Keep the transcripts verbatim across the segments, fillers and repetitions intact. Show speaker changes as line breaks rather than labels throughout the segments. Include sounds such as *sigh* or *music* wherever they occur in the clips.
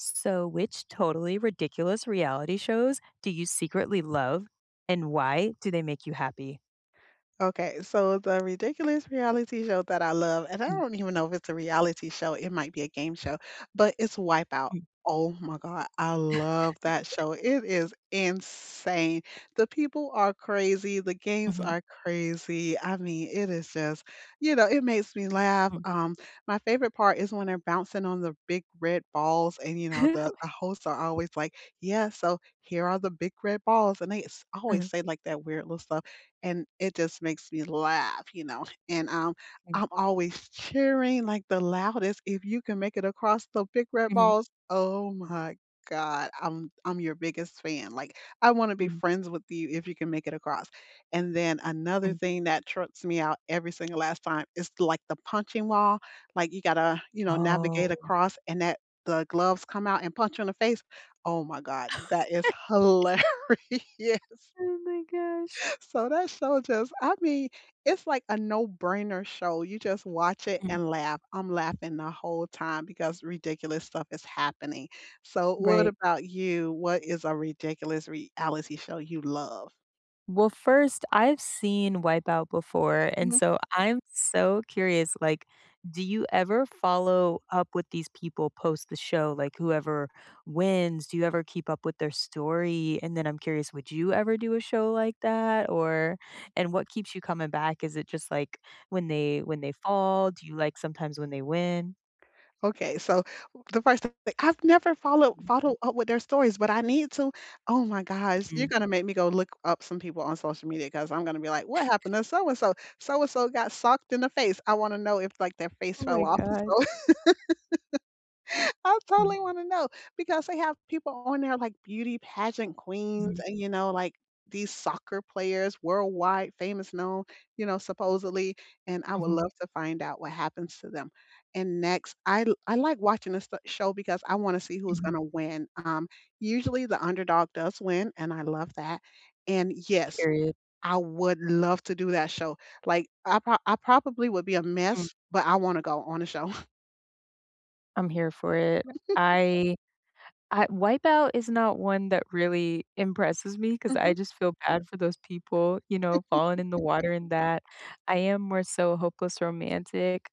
So, which totally ridiculous reality shows do you secretly love and why do they make you happy?
Okay, so the ridiculous reality show that I love, and I
Mm.
don't even know if it's a reality show, it might be a game show, but it's Wipeout.
Mm.
Oh my God, I love that show. It is insane. The people are crazy. The games
Mhm.
are crazy. I mean, it is just, you know, it makes me laugh.
Mm.
Um, my favorite part is when they're bouncing on the big red balls, and you know, the, the
*laughs*
hosts are always like, "Yeah, so here are the big red balls," and they s- always
uh
say like that weird little stuff and it just makes me laugh, you know, and, um,
mm,
I'm always cheering like the loudest if you can make it across the big red
Mhm.
balls. Oh my god, I'm I'm your biggest fan, like, I wanna be
Mhm.
friends with you if you can make it across, and then another
Mm.
thing that trips me out every single last time is, like, the punching wall, like, you gotta, you know,
Oh.
navigate across and that the gloves come out and punch you in the face. Oh my god,
*laughs*
that is hilarious. *laughs*
Oh my gosh.
So that show just I mean, it's like a no-brainer show. You just watch it
Mm.
and laugh. I'm laughing the whole time because ridiculous stuff is happening. So what
Right.
about you? What is a ridiculous reality show you love?
Well, first, I've seen Wipeout before, and
Mhm.
so I'm so curious, like, do you ever follow up with these people post the show? Like, whoever wins, do you ever keep up with their story? And then I'm curious, would you ever do a show like that? Or, and what keeps you coming back? Is it just like when they when they fall? Do you like sometimes when they win?
Okay, so the first thing I've never followed followed up with their stories, but I need to. Oh my gosh, you're
Mhm.
gonna make me go look up some people on social media because I'm gonna be like, what happened to so and so? So and so got socked in the face. I want to know if like their face
Oh
fell
my
off.
god.
I
Mm.
totally wanna know because they have people on there like beauty pageant queens
Mhm.
and, you know, like, these soccer players, worldwide famous known, you know, supposedly, and I would
Mhm.
love to find out what happens to them. And next, I l I like watching this st show because I wanna see who's
Mhm.
gonna win. Um, usually the underdog does win, and I love that. And yes,
Period.
I would love to do that show. Like, I prob I probably would be a
Mm.
mess, but I wanna go on a show. *laughs*
I'm here for it. I I Wipeout is not one that really impresses me because
Mhm.
I just feel bad for those people, you know, falling in the water and that. I am more so Hopeless Romantic.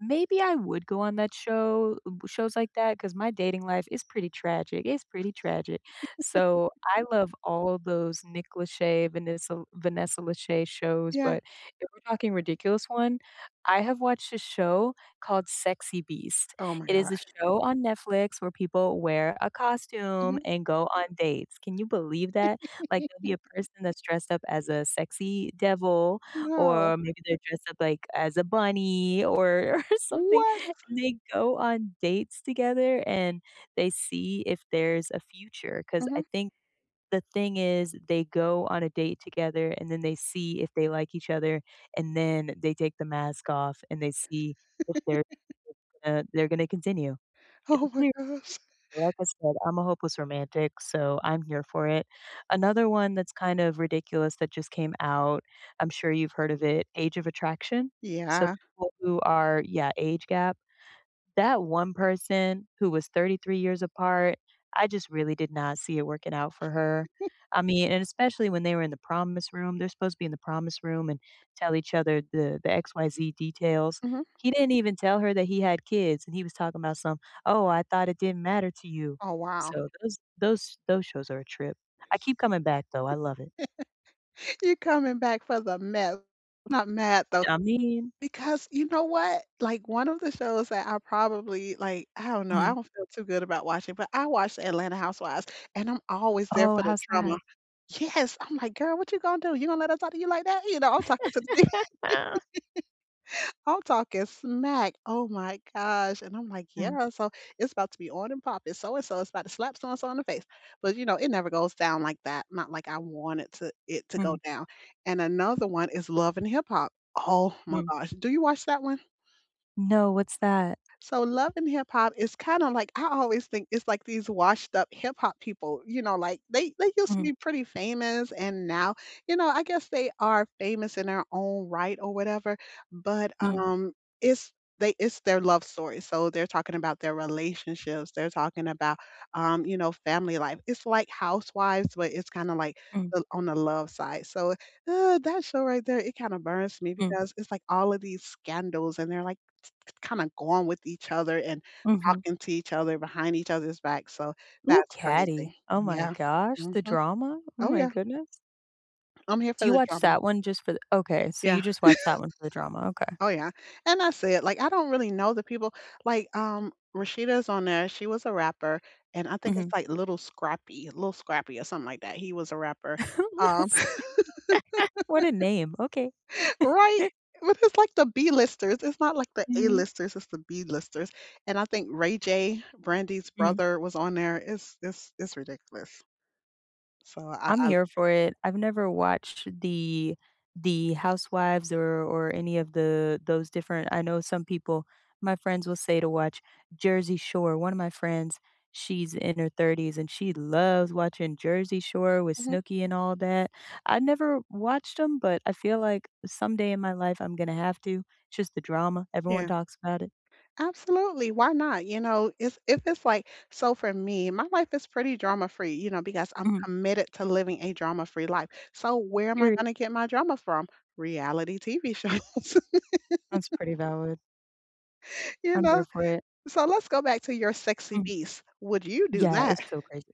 Maybe I would go on that show shows like that, because my dating life is pretty tragic, it's pretty tragic. So, I love all those Nick Lachey, Vanessa Vanessa Lachey shows,
Yeah.
but if we're talking ridiculous one, I have watched a show called Sexy Beast.
Oh my
It is
god.
a show on Netflix where people wear a costume
Mhm.
and go on dates. Can you believe that? Like, there'll be a person that's dressed up as a sexy devil,
No.
or maybe they're dressed up, like, as a bunny or *laughs* or something,
What?
and they go on dates together, and they see if there's a future. Because
Mhm.
I think the thing is they go on a date together and then they see if they like each other and then they take the mask off and they see if they're going they're going to continue.
*laughs*
It's
Oh
a
my
pretty
gosh.
like I said, I'm a hopeless romantic, so I'm here for it. Another one that's kind of ridiculous that just came out, I'm sure you've heard of it, Age of Attraction. So
Yeah.
people who are yeah, age gap that one person who was thirty-three years apart, I just really did not see it working out for her. I mean, and especially when they were in the promise room, they're supposed to be in the promise room and tell each other the the X Y Z details.
Mhm.
He didn't even tell her that he had kids, and he was talking about some, "Oh, I thought it didn't matter to you."
Oh, wow.
So those those those shows are a trip. I keep coming back though, I love it.
*laughs* You're coming back for the mess. Not mad though,
I mean.
because you know what? Like one of the shows that I probably like, I don't know, I
Mhm.
don't feel too good about watching, but I watch Atlanta Housewives and I'm always there
"Oh,
for the
how's
drama.
that?"
Yes. I'm like, girl, what you gonna do? You gonna let us talk to you like that? You know, I'm talking to the
"Ah."
I'm talking smack. Oh my gosh. And I'm like,
"Mm,
yeah, so it's about to be on and popping. So and so is about to slap so and so in the face. But you know, it never goes down like that. Not like I wanted to it to go
mm,
down. And another one is Love and Hip Hop. Oh my
mm."
gosh. Do you watch that one?
"No, what's that?"
So Love and Hip Hop is kinda like I always think it's like these washed up hip hop people, you know, like they they used to
"Mm,
be pretty famous and now, you know, I guess they are famous in their own right or whatever, but,
mm,
um, it's they it's their love story, so they're talking about their relationships, they're talking about, um, you know, family life. It's like Housewives, but it's kinda like
mm,
the on the love side, so, uh, that show right there, it kinda burns me
mm."
because it's like all of these scandals and they're like, kinda going with each other and
Mhm.
talking to each other behind each other's back, so
Ooh,
that's
caddy!
crazy.
Oh my
Yeah.
gosh, the
Mhm.
drama? Oh
Oh,
my
yeah.
goodness.
I'm here for
Do you
the
watch
drama.
that one just for the okay, so
Yeah.
you just watch that one for the drama, okay.
Oh, yeah. And that's it, like, I don't really know the people. Like, um, Rashida's on there, she was a rapper, and I think it's,
Mhm.
like, Little Scrappy little Scrappy or something like that, he was a rapper. Um *laughs*
*laughs* What a name, okay.
Right? But it's, like, the B-listers, it's not, like, the
Mhm.
A-listers, it's the B-listers, and I think Ray J, Brandy's
Mm.
brother, was on there. It's it's it's ridiculous. So I,
I'm
I
here for it. I've never watched the the Housewives or or any of the those different I know some people my friends will say to watch Jersey Shore. One of my friends, she's in her thirties and she loves watching Jersey Shore with
Mhm.
Snooki and all that. I never watched them, but I feel like someday in my life I'm gonna have to. It's just the drama. Everyone
yeah,
talks about it.
absolutely. Why not? You know, it's if it's like so for me, my life is pretty drama free, you know, because I'm
Mhm.
committed to living a drama free life. So where am I
Period.
going to get my drama from? Reality T V shows, *laughs*
Sounds pretty valid.
you
I'm
know.
here for it.
So let's go back to your sexy
Mhm.
beast. Would you do
Yeah, it's
that?
so crazy.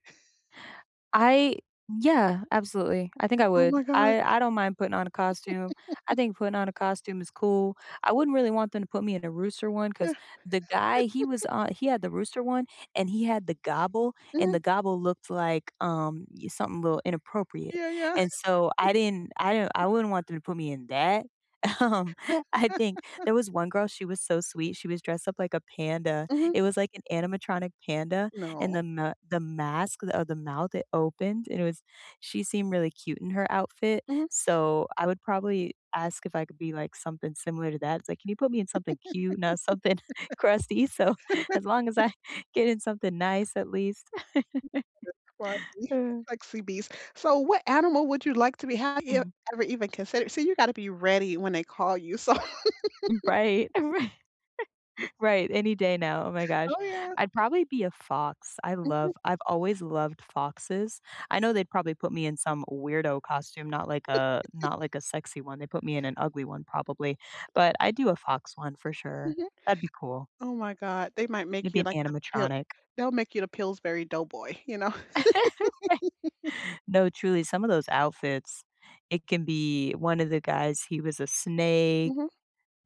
I yeah, absolutely. I think I
Oh
would.
my God.
I I don't mind putting on a costume. I think putting on a costume is cool. I wouldn't really want them to put me in a rooster one
Yeah.
because the guy he was on he had the rooster one and he had the gobble and
mhm,
the gobble looked like um y- something a little inappropriate.
Yeah. Yeah.
And so I didn't I didn't I wouldn't want them to put me in that. Um, *laughs* I think there was one girl, she was so sweet, she was dressed up like a panda.
hmm
It was like an animatronic panda, and
No.
the ma the mask of the mouth, it opened, and it was she seemed really cute in her outfit,
hmm
so I would probably ask if I could be like something similar to that. It's like, "Can you put me in something cute, not something *laughs* crusty?" So *laughs* as long as I *laughs* get in something nice at least.
Sorry.
*laughs*
Sexy beast. So what animal would you like to be? Have you
Mm.
ever even considered? See, you got to be ready when they call you. So
Right. *laughs* Right. Right, any day now, oh my gosh.
Oh, yeah.
I'd probably be a fox, I
Mhm,
love I've always loved foxes. I know they'd probably put me in some weirdo costume, not like a not like a sexy one, they put me in an ugly one probably, but I'd do a fox one for sure.
mhm.
That'd be cool.
Oh my god, they might
It'd
make
be
you
an
like the pill.
animatronic.
They'll make you the Pillsbury Doughboy, you know? *laughs*
*laughs* No, truly, some of those outfits, it can be one of the guys, he was a snake.
Mhm.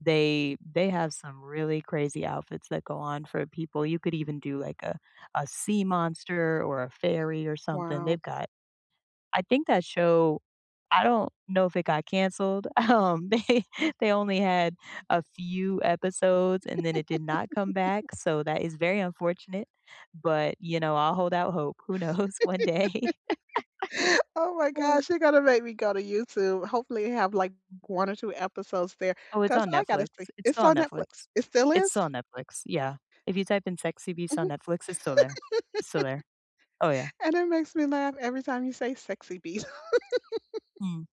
They they have some really crazy outfits that go on for people. You could even do like a a sea monster or a fairy or something.
Wow.
They've got I think that show I don't know if it got canceled. *laughs* Um, they *laughs* they only had a few episodes and then it did not come back, so that is very unfortunate. But, you know, I'll hold out hope. Who knows *laughs* one day.
*laughs* Oh my gosh,
*laughs*
you're gonna make me go to YouTube. Hopefully, have, like, one or two episodes there,
Oh, it's
'cause
on
I gotta
Netflix.
see
It's
it's
still on
on Netflix.
Netflix.
It still
It's
is?
still on Netflix, yeah. If you type in "Sexy Beast"
Mhm,
on Netflix, it's still there. It's still there. Oh, yeah.
and it makes me laugh every time you say "sexy beast." *laughs*
Mm.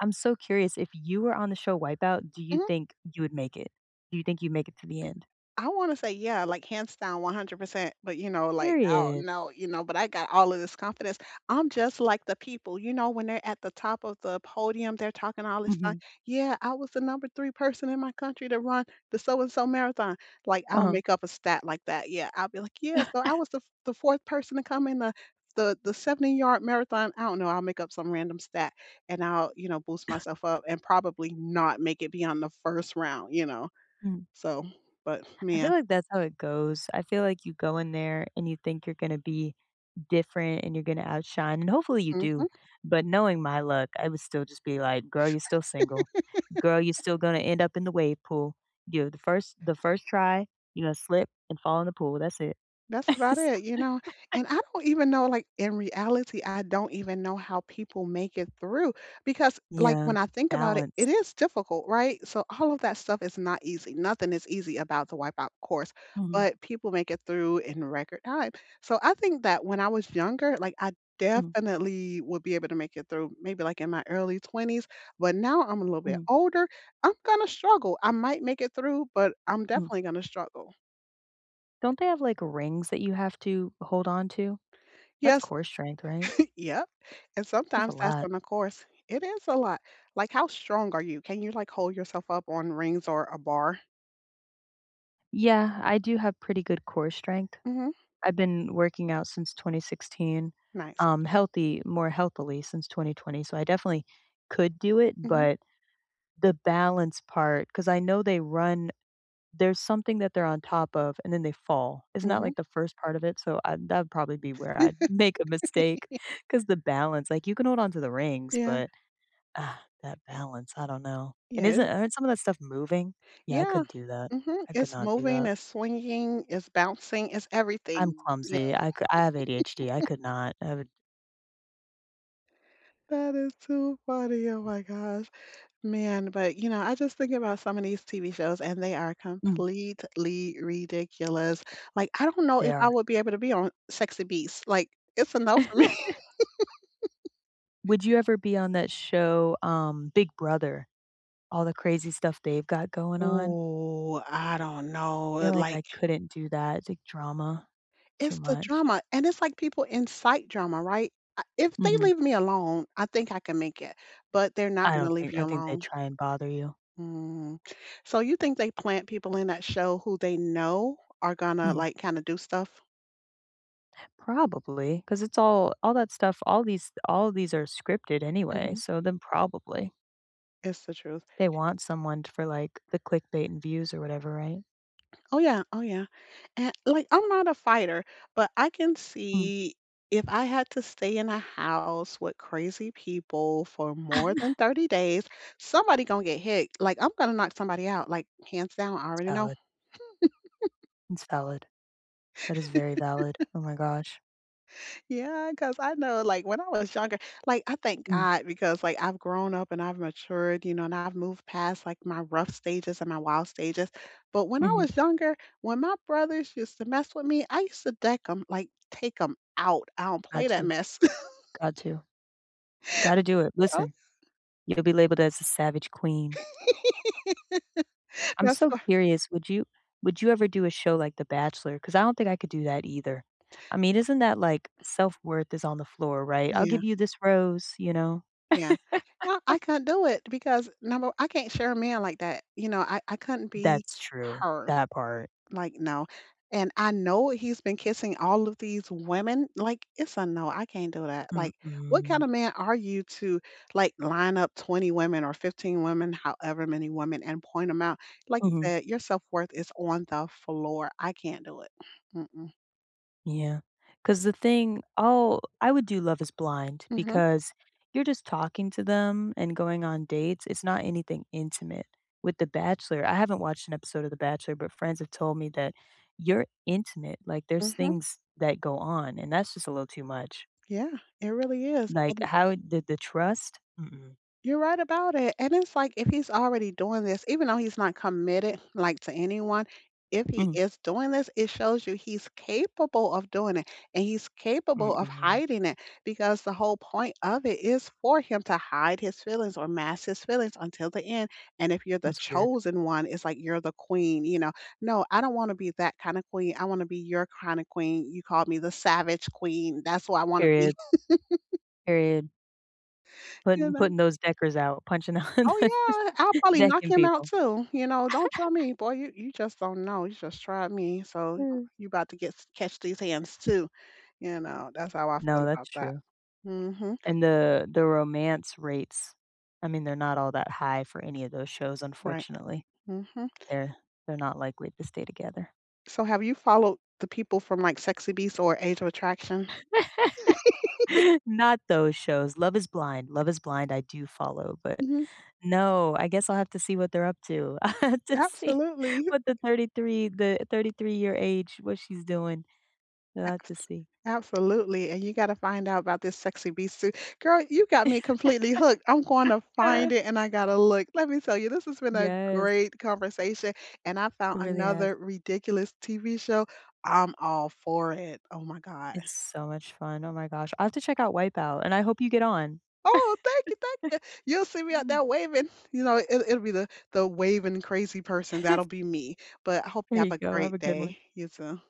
I'm so curious, if you were on the show Wipeout, do you think you would make it? Do you think you make it to the end?
I wanna say, yeah, like, hands down one hundred percent, but, you know, like, oh
Period.
no, you know, but I got all of this confidence. I'm just like the people, you know, when they're at the top of the podium, they're talking all this stuff.
Mhm.
"Yeah, I was the number three person in my country to run the so and so marathon." Like, I'll
Uh-huh.
make up a stat like that. Yeah, I'll be like, "Yeah, so I was the f the fourth person to come in the the the seventy-yard marathon." I don't know, I'll make up some random stat, and I'll, you know, boost myself up and probably not make it beyond the first round, you know?
Mhm.
So, but
I
man.
feel like that's how it goes. I feel like you go in there and you think you're gonna be different and you're gonna outshine and hopefully you do.
Mhm.
But knowing my luck, I would still just be like, girl, you're still single. Girl, you're still gonna end up in the wave pool. You know, the first the first try, you're gonna slip and fall in the pool. That's it.
That's
*laughs*
about it, you
So.
know? And I don't even know, like, in reality, I don't even know how people make it through because, like, when
Yeah.
I think about it,
Balance.
it is difficult, right? So all of that stuff is not easy. Nothing is easy about the Wipeout course,
Mhm.
but people make it through in record time. So I think that when I was younger, like, I
Mhm.
definitely would be able to make it through maybe, like, in my early twenties, but now I'm a little bit
Mhm.
older, I'm gonna struggle. I might make it through, but I'm
Mhm.
definitely gonna struggle.
Don't they have, like, rings that you have to hold on to? That's
Yes,
core strength, right?
*laughs* Yep, and
That's a
sometimes that's
lot.
on the course. It is a lot. Like, how strong are you? Can you, like, hold yourself up on rings or a bar?
Yeah, I do have pretty good core strength.
Mhm,
I've been working out since twenty sixteen,
nice.
um, healthy more healthily since twenty twenty, so I definitely could do it,
Mhm,
but the balance part, because I know they run there's something that they're on top of, and then they fall. It's not
mhm.
like, the first part of it? So, I that would probably be where I'd *laughs* make a mistake, *laughs* because the balance like, you can hold on to the rings,
Yeah,
but, ah, that balance, I don't know. And
yeah, it
isn't aren't some of that stuff moving? Yeah, I
yeah.
couldn't do that.
Mhm,
I could
it's
not do
moving,
that.
it's swinging, it's bouncing, it's
I'm
everything, yeah.
clumsy. I c I I have A D H D. I could not. I would
That is too funny, oh my gosh. Man, but, you know, I just think about some of these T V shows, and they are
mm.
completely ridiculous. Like, I don't know
They
if I
are.
would be able to be on Sexy Beast, like, it's a no for me.
Would you ever be on that show, um, Big Brother? All the crazy stuff they've got going on?
Oh, I don't
I
know,
feel
it
like I
like,
couldn't do that, it's like drama, too
it's the
much.
drama, and it's like people incite drama, right? I If they
Mhm.
leave me alone, I think I can make it, but they're not
I
gonna
don't
leave
think
you
I think they
alone.
try and bother you.
Mm. So you think they plant people in that show who they know are gonna,
Mhm.
like, kinda do stuff?
Probably because it's all all that stuff, all these all these are scripted anyway,
Mhm.
so then probably.
It's the truth.
They want someone for, like, the clickbait and views or whatever, right?
Oh, yeah. Oh, yeah. And, like, I'm not a fighter, but I can
Mm.
see if I had to stay in a house with crazy people for more than
*laughs*
thirty days, somebody gonna get hit. Like, I'm gonna knock somebody out, like, hands down, I
It's
already know.
valid. It's valid. That is very valid. Oh my gosh.
Yeah, cause I know, like, when I was younger like, I thank
Mm.
God because, like, I've grown up and I've matured, you know, and I've moved past, like, my rough stages and my wild stages, but when I
Mhm.
was younger, when my brothers used to mess with me, I used to deck them, like, take them out. I don't play
Got
that
to.
mess. *laughs*
Got to. Gotta do it.
Yeah.
Listen, you'll be labeled as a savage queen. I'm
That's
so
why
curious, would you would you ever do a show like The Bachelor? Because I don't think I could do that either. I mean, isn't that like self-worth is on the floor, right? "I'll
Yeah,
give you this rose," you know?
yeah. Yeah, I couldn't do it because, number I can't share a man like that, you know, I I couldn't be
That's true.
her.
That part.
Like, no. And I know he's been kissing all of these women. Like, it's a no. I can't do that. Like, what kind
Mm-mm.
of man are you to like line up twenty women or fifteen women, however many women, and point them out? Like you
Mhm.
said, your self worth is on the floor. I can't do it. Mm-mm.
Yeah, cause the thing oh, I would do Love Is Blind
Mm-hmm.
because you're just talking to them and going on dates. It's not anything intimate. With The Bachelor, I haven't watched an episode of The Bachelor, but friends have told me that you're intimate. Like, there's
Mm-hmm.
things that go on, and that's just a little too much.
Yeah, it really is.
Like, how did the trust? Mm-mm.
You're right about it. And it's like if he's already doing this, even though he's not committed like to anyone, if he
Mm.
is doing this, it shows you he's capable of doing it and he's capable of
Mm-mm.
hiding it because the whole point of it is for him to hide his feelings or mask his feelings until the end. And if you're the
That's weird.
chosen one, it's like you're the queen, you know. No, I don't want to be that kind of queen. I want to be your kind of queen. You called me the savage queen. That's what I want to be,
Period. Period.
*laughs* you
Putting
know.
putting those deckers out, punching out
Oh,
*laughs*
yeah, I'll
the
probably knock
decking
him out
people.
too, you know, "Don't try me, boy, you you just don't know, you just tried me, so
Mm.
you' about to get s- catch these hands too," you know, that's how I feel
No,
about
that's
that.
true.
Mhm,
And the the romance rates, I mean, they're not all that high for any of those shows,
right,
unfortunately.
mhm.
They're they're not likely to stay together.
So have you followed the people from, like, Sexy Beast or Age of Attraction?
*laughs* Not those shows. Love Is Blind. Love Is Blind, I do follow, but
Mhm,
no, I guess I'll have to see what they're up to. *laughs* I have to see
absolutely.
what the thirty-three the thirty-three-year age, what she's doing. I'll
*laughs*
have
Abs
to see.
absolutely, and you gotta find out about this Sexy Beast suit. Girl, you got me completely hooked. I'm gonna find it
*laughs*
and I gotta look. Let me tell you, this has been a
Yes,
great conversation, and I
it
found
really has.
another ridiculous T V show. I'm all for it. Oh my God.
It's so much fun. Oh my gosh. I'll have to check out Wipeout, and I hope you get on.
Oh, thank you, thank you. You'll see me out
Mm.
there waving. *laughs* You know, it, it'll be the the waving crazy person. That'll be me. But I hope you
There
have
you
a
go. Have
great
a good one.
day. You too.